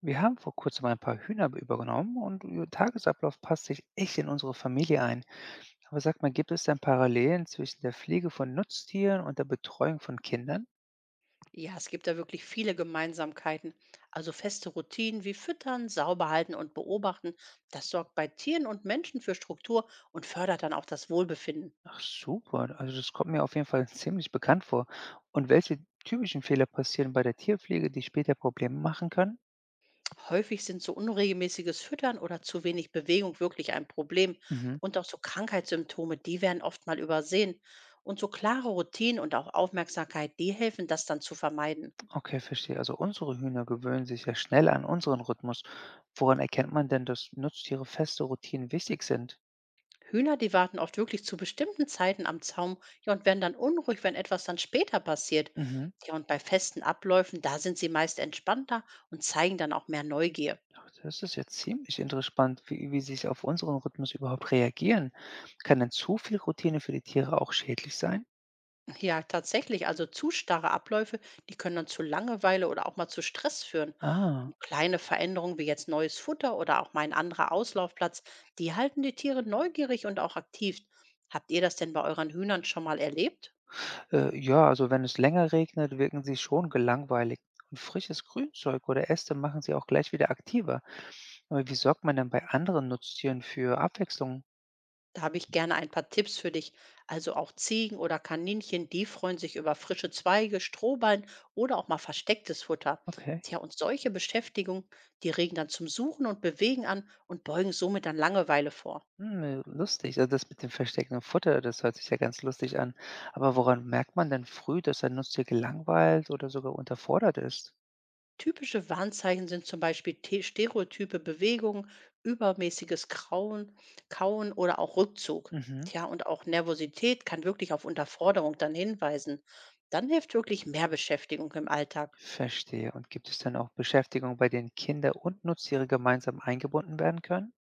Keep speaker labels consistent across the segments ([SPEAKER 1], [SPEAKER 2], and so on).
[SPEAKER 1] Wir haben vor kurzem ein paar Hühner übernommen und ihr Tagesablauf passt sich echt in unsere Familie ein. Aber sag mal, gibt es denn Parallelen zwischen der Pflege von Nutztieren und der Betreuung von Kindern?
[SPEAKER 2] Ja, es gibt da wirklich viele Gemeinsamkeiten. Also feste Routinen wie Füttern, Sauberhalten und Beobachten, das sorgt bei Tieren und Menschen für Struktur und fördert dann auch das Wohlbefinden.
[SPEAKER 1] Ach super, also das kommt mir auf jeden Fall ziemlich bekannt vor. Und welche typischen Fehler passieren bei der Tierpflege, die später Probleme machen können?
[SPEAKER 2] Häufig sind so unregelmäßiges Füttern oder zu wenig Bewegung wirklich ein Problem.
[SPEAKER 1] Mhm.
[SPEAKER 2] Und auch so Krankheitssymptome, die werden oft mal übersehen. Und so klare Routinen und auch Aufmerksamkeit, die helfen, das dann zu vermeiden.
[SPEAKER 1] Okay, verstehe. Also unsere Hühner gewöhnen sich ja schnell an unseren Rhythmus. Woran erkennt man denn, dass Nutztiere feste Routinen wichtig sind?
[SPEAKER 2] Hühner, die warten oft wirklich zu bestimmten Zeiten am Zaum, ja, und werden dann unruhig, wenn etwas dann später passiert.
[SPEAKER 1] Mhm.
[SPEAKER 2] Ja, und bei festen Abläufen, da sind sie meist entspannter und zeigen dann auch mehr Neugier.
[SPEAKER 1] Ja, das ist ja ziemlich interessant, wie sie auf unseren Rhythmus überhaupt reagieren. Kann denn zu viel Routine für die Tiere auch schädlich sein?
[SPEAKER 2] Ja, tatsächlich, also zu starre Abläufe, die können dann zu Langeweile oder auch mal zu Stress führen.
[SPEAKER 1] Ah,
[SPEAKER 2] Und kleine Veränderungen wie jetzt neues Futter oder auch mal ein anderer Auslaufplatz, die halten die Tiere neugierig und auch aktiv. Habt ihr das denn bei euren Hühnern schon mal erlebt?
[SPEAKER 1] ja, also wenn es länger regnet, wirken sie schon gelangweilt. Und frisches Grünzeug oder Äste machen sie auch gleich wieder aktiver. Aber wie sorgt man denn bei anderen Nutztieren für Abwechslung?
[SPEAKER 2] Da habe ich gerne ein paar Tipps für dich. Also auch Ziegen oder Kaninchen, die freuen sich über frische Zweige, Strohballen oder auch mal verstecktes Futter.
[SPEAKER 1] Okay.
[SPEAKER 2] Tja, und solche Beschäftigung, die regen dann zum Suchen und Bewegen an und beugen somit dann Langeweile vor.
[SPEAKER 1] Hm, lustig. Also das mit dem versteckten Futter, das hört sich ja ganz lustig an. Aber woran merkt man denn früh, dass ein Nutztier gelangweilt oder sogar unterfordert ist?
[SPEAKER 2] Typische Warnzeichen sind zum Beispiel stereotype Bewegungen, übermäßiges Grauen, Kauen oder auch Rückzug.
[SPEAKER 1] Mhm.
[SPEAKER 2] Tja, und auch Nervosität kann wirklich auf Unterforderung dann hinweisen. Dann hilft wirklich mehr Beschäftigung im Alltag.
[SPEAKER 1] Verstehe. Und gibt es dann auch Beschäftigungen, bei denen Kinder und Nutztiere gemeinsam eingebunden werden können?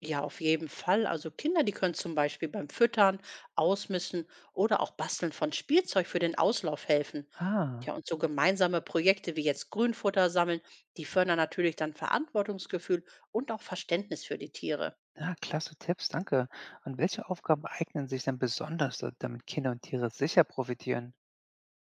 [SPEAKER 2] Ja, auf jeden Fall. Also Kinder, die können zum Beispiel beim Füttern, Ausmisten oder auch Basteln von Spielzeug für den Auslauf helfen. Ja,
[SPEAKER 1] Ah,
[SPEAKER 2] und so gemeinsame Projekte wie jetzt Grünfutter sammeln, die fördern natürlich dann Verantwortungsgefühl und auch Verständnis für die Tiere.
[SPEAKER 1] ja, klasse Tipps, danke. Und welche Aufgaben eignen sich denn besonders, damit Kinder und Tiere sicher profitieren?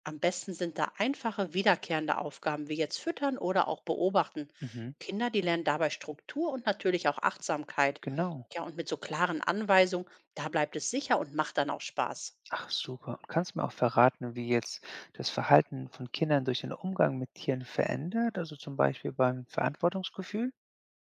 [SPEAKER 2] Am besten sind da einfache, wiederkehrende Aufgaben wie jetzt Füttern oder auch Beobachten.
[SPEAKER 1] Mhm,
[SPEAKER 2] Kinder, die lernen dabei Struktur und natürlich auch Achtsamkeit.
[SPEAKER 1] genau.
[SPEAKER 2] Ja, und mit so klaren Anweisungen, da bleibt es sicher und macht dann auch Spaß.
[SPEAKER 1] Ach, super. Und kannst du mir auch verraten, wie jetzt das Verhalten von Kindern durch den Umgang mit Tieren verändert? Also zum Beispiel beim Verantwortungsgefühl?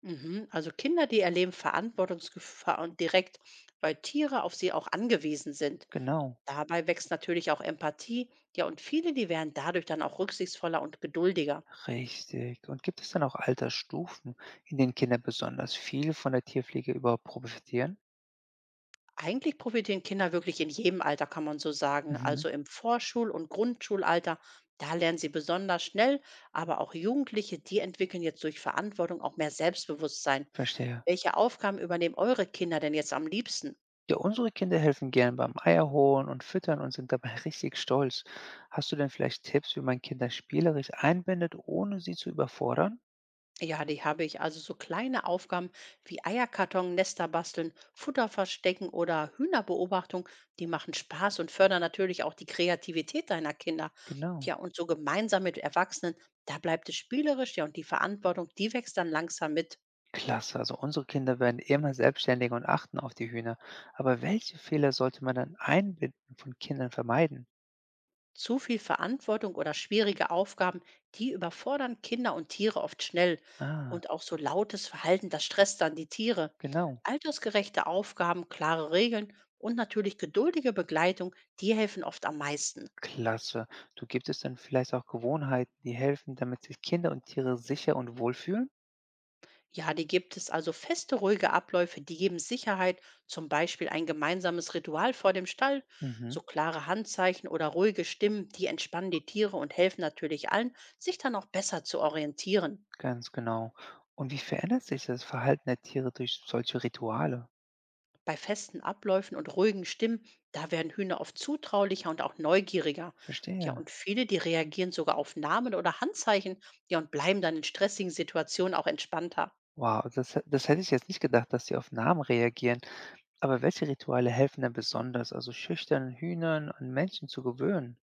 [SPEAKER 2] Mhm. Also Kinder, die erleben Verantwortungsgefahr und direkt, weil Tiere auf sie auch angewiesen sind.
[SPEAKER 1] Genau.
[SPEAKER 2] Dabei wächst natürlich auch Empathie. Ja, und viele, die werden dadurch dann auch rücksichtsvoller und geduldiger.
[SPEAKER 1] Richtig. Und gibt es dann auch Altersstufen, in denen Kinder besonders viel von der Tierpflege überhaupt profitieren?
[SPEAKER 2] Eigentlich profitieren Kinder wirklich in jedem Alter, kann man so sagen.
[SPEAKER 1] Mhm.
[SPEAKER 2] Also im Vorschul- und Grundschulalter, da lernen sie besonders schnell. Aber auch Jugendliche, die entwickeln jetzt durch Verantwortung auch mehr Selbstbewusstsein.
[SPEAKER 1] Verstehe.
[SPEAKER 2] Welche Aufgaben übernehmen eure Kinder denn jetzt am liebsten?
[SPEAKER 1] Ja, unsere Kinder helfen gern beim Eierholen und Füttern und sind dabei richtig stolz. Hast du denn vielleicht Tipps, wie man Kinder spielerisch einbindet, ohne sie zu überfordern?
[SPEAKER 2] Ja, die habe ich. Also so kleine Aufgaben wie Eierkarton, Nester basteln, Futter verstecken oder Hühnerbeobachtung, die machen Spaß und fördern natürlich auch die Kreativität deiner Kinder.
[SPEAKER 1] Genau.
[SPEAKER 2] Ja, und so gemeinsam mit Erwachsenen, da bleibt es spielerisch, ja, und die Verantwortung, die wächst dann langsam mit.
[SPEAKER 1] Klasse, also unsere Kinder werden immer selbstständiger und achten auf die Hühner. Aber welche Fehler sollte man dann einbinden von Kindern vermeiden?
[SPEAKER 2] Zu viel Verantwortung oder schwierige Aufgaben, die überfordern Kinder und Tiere oft schnell.
[SPEAKER 1] Ah,
[SPEAKER 2] Und auch so lautes Verhalten, das stresst dann die Tiere.
[SPEAKER 1] genau.
[SPEAKER 2] Altersgerechte Aufgaben, klare Regeln und natürlich geduldige Begleitung, die helfen oft am meisten.
[SPEAKER 1] Klasse. Du gibt es dann vielleicht auch Gewohnheiten, die helfen, damit sich Kinder und Tiere sicher und wohl fühlen?
[SPEAKER 2] Ja, die gibt es, also feste, ruhige Abläufe, die geben Sicherheit, zum Beispiel ein gemeinsames Ritual vor dem Stall,
[SPEAKER 1] Mhm.
[SPEAKER 2] so klare Handzeichen oder ruhige Stimmen, die entspannen die Tiere und helfen natürlich allen, sich dann auch besser zu orientieren.
[SPEAKER 1] Ganz genau. Und wie verändert sich das Verhalten der Tiere durch solche Rituale?
[SPEAKER 2] Bei festen Abläufen und ruhigen Stimmen, da werden Hühner oft zutraulicher und auch neugieriger. Ja,
[SPEAKER 1] Verstehe.
[SPEAKER 2] und viele, die reagieren sogar auf Namen oder Handzeichen, ja, und bleiben dann in stressigen Situationen auch entspannter.
[SPEAKER 1] Wow, das, das hätte ich jetzt nicht gedacht, dass sie auf Namen reagieren. Aber welche Rituale helfen denn besonders, also schüchternen Hühnern an Menschen zu gewöhnen?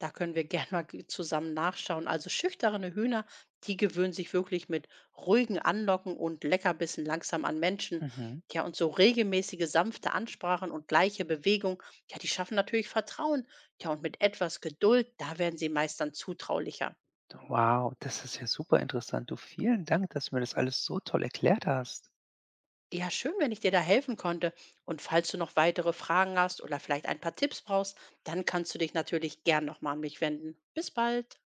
[SPEAKER 2] Da können wir gerne mal zusammen nachschauen. Also schüchterne Hühner, die gewöhnen sich wirklich mit ruhigen Anlocken und Leckerbissen langsam an Menschen.
[SPEAKER 1] Mhm.
[SPEAKER 2] Ja, und so regelmäßige, sanfte Ansprachen und gleiche Bewegung, ja, die schaffen natürlich Vertrauen. Ja, und mit etwas Geduld, da werden sie meist dann zutraulicher.
[SPEAKER 1] Wow, das ist ja super interessant. Du, vielen Dank, dass du mir das alles so toll erklärt hast.
[SPEAKER 2] Ja, schön, wenn ich dir da helfen konnte. Und falls du noch weitere Fragen hast oder vielleicht ein paar Tipps brauchst, dann kannst du dich natürlich gern nochmal an mich wenden. Bis bald.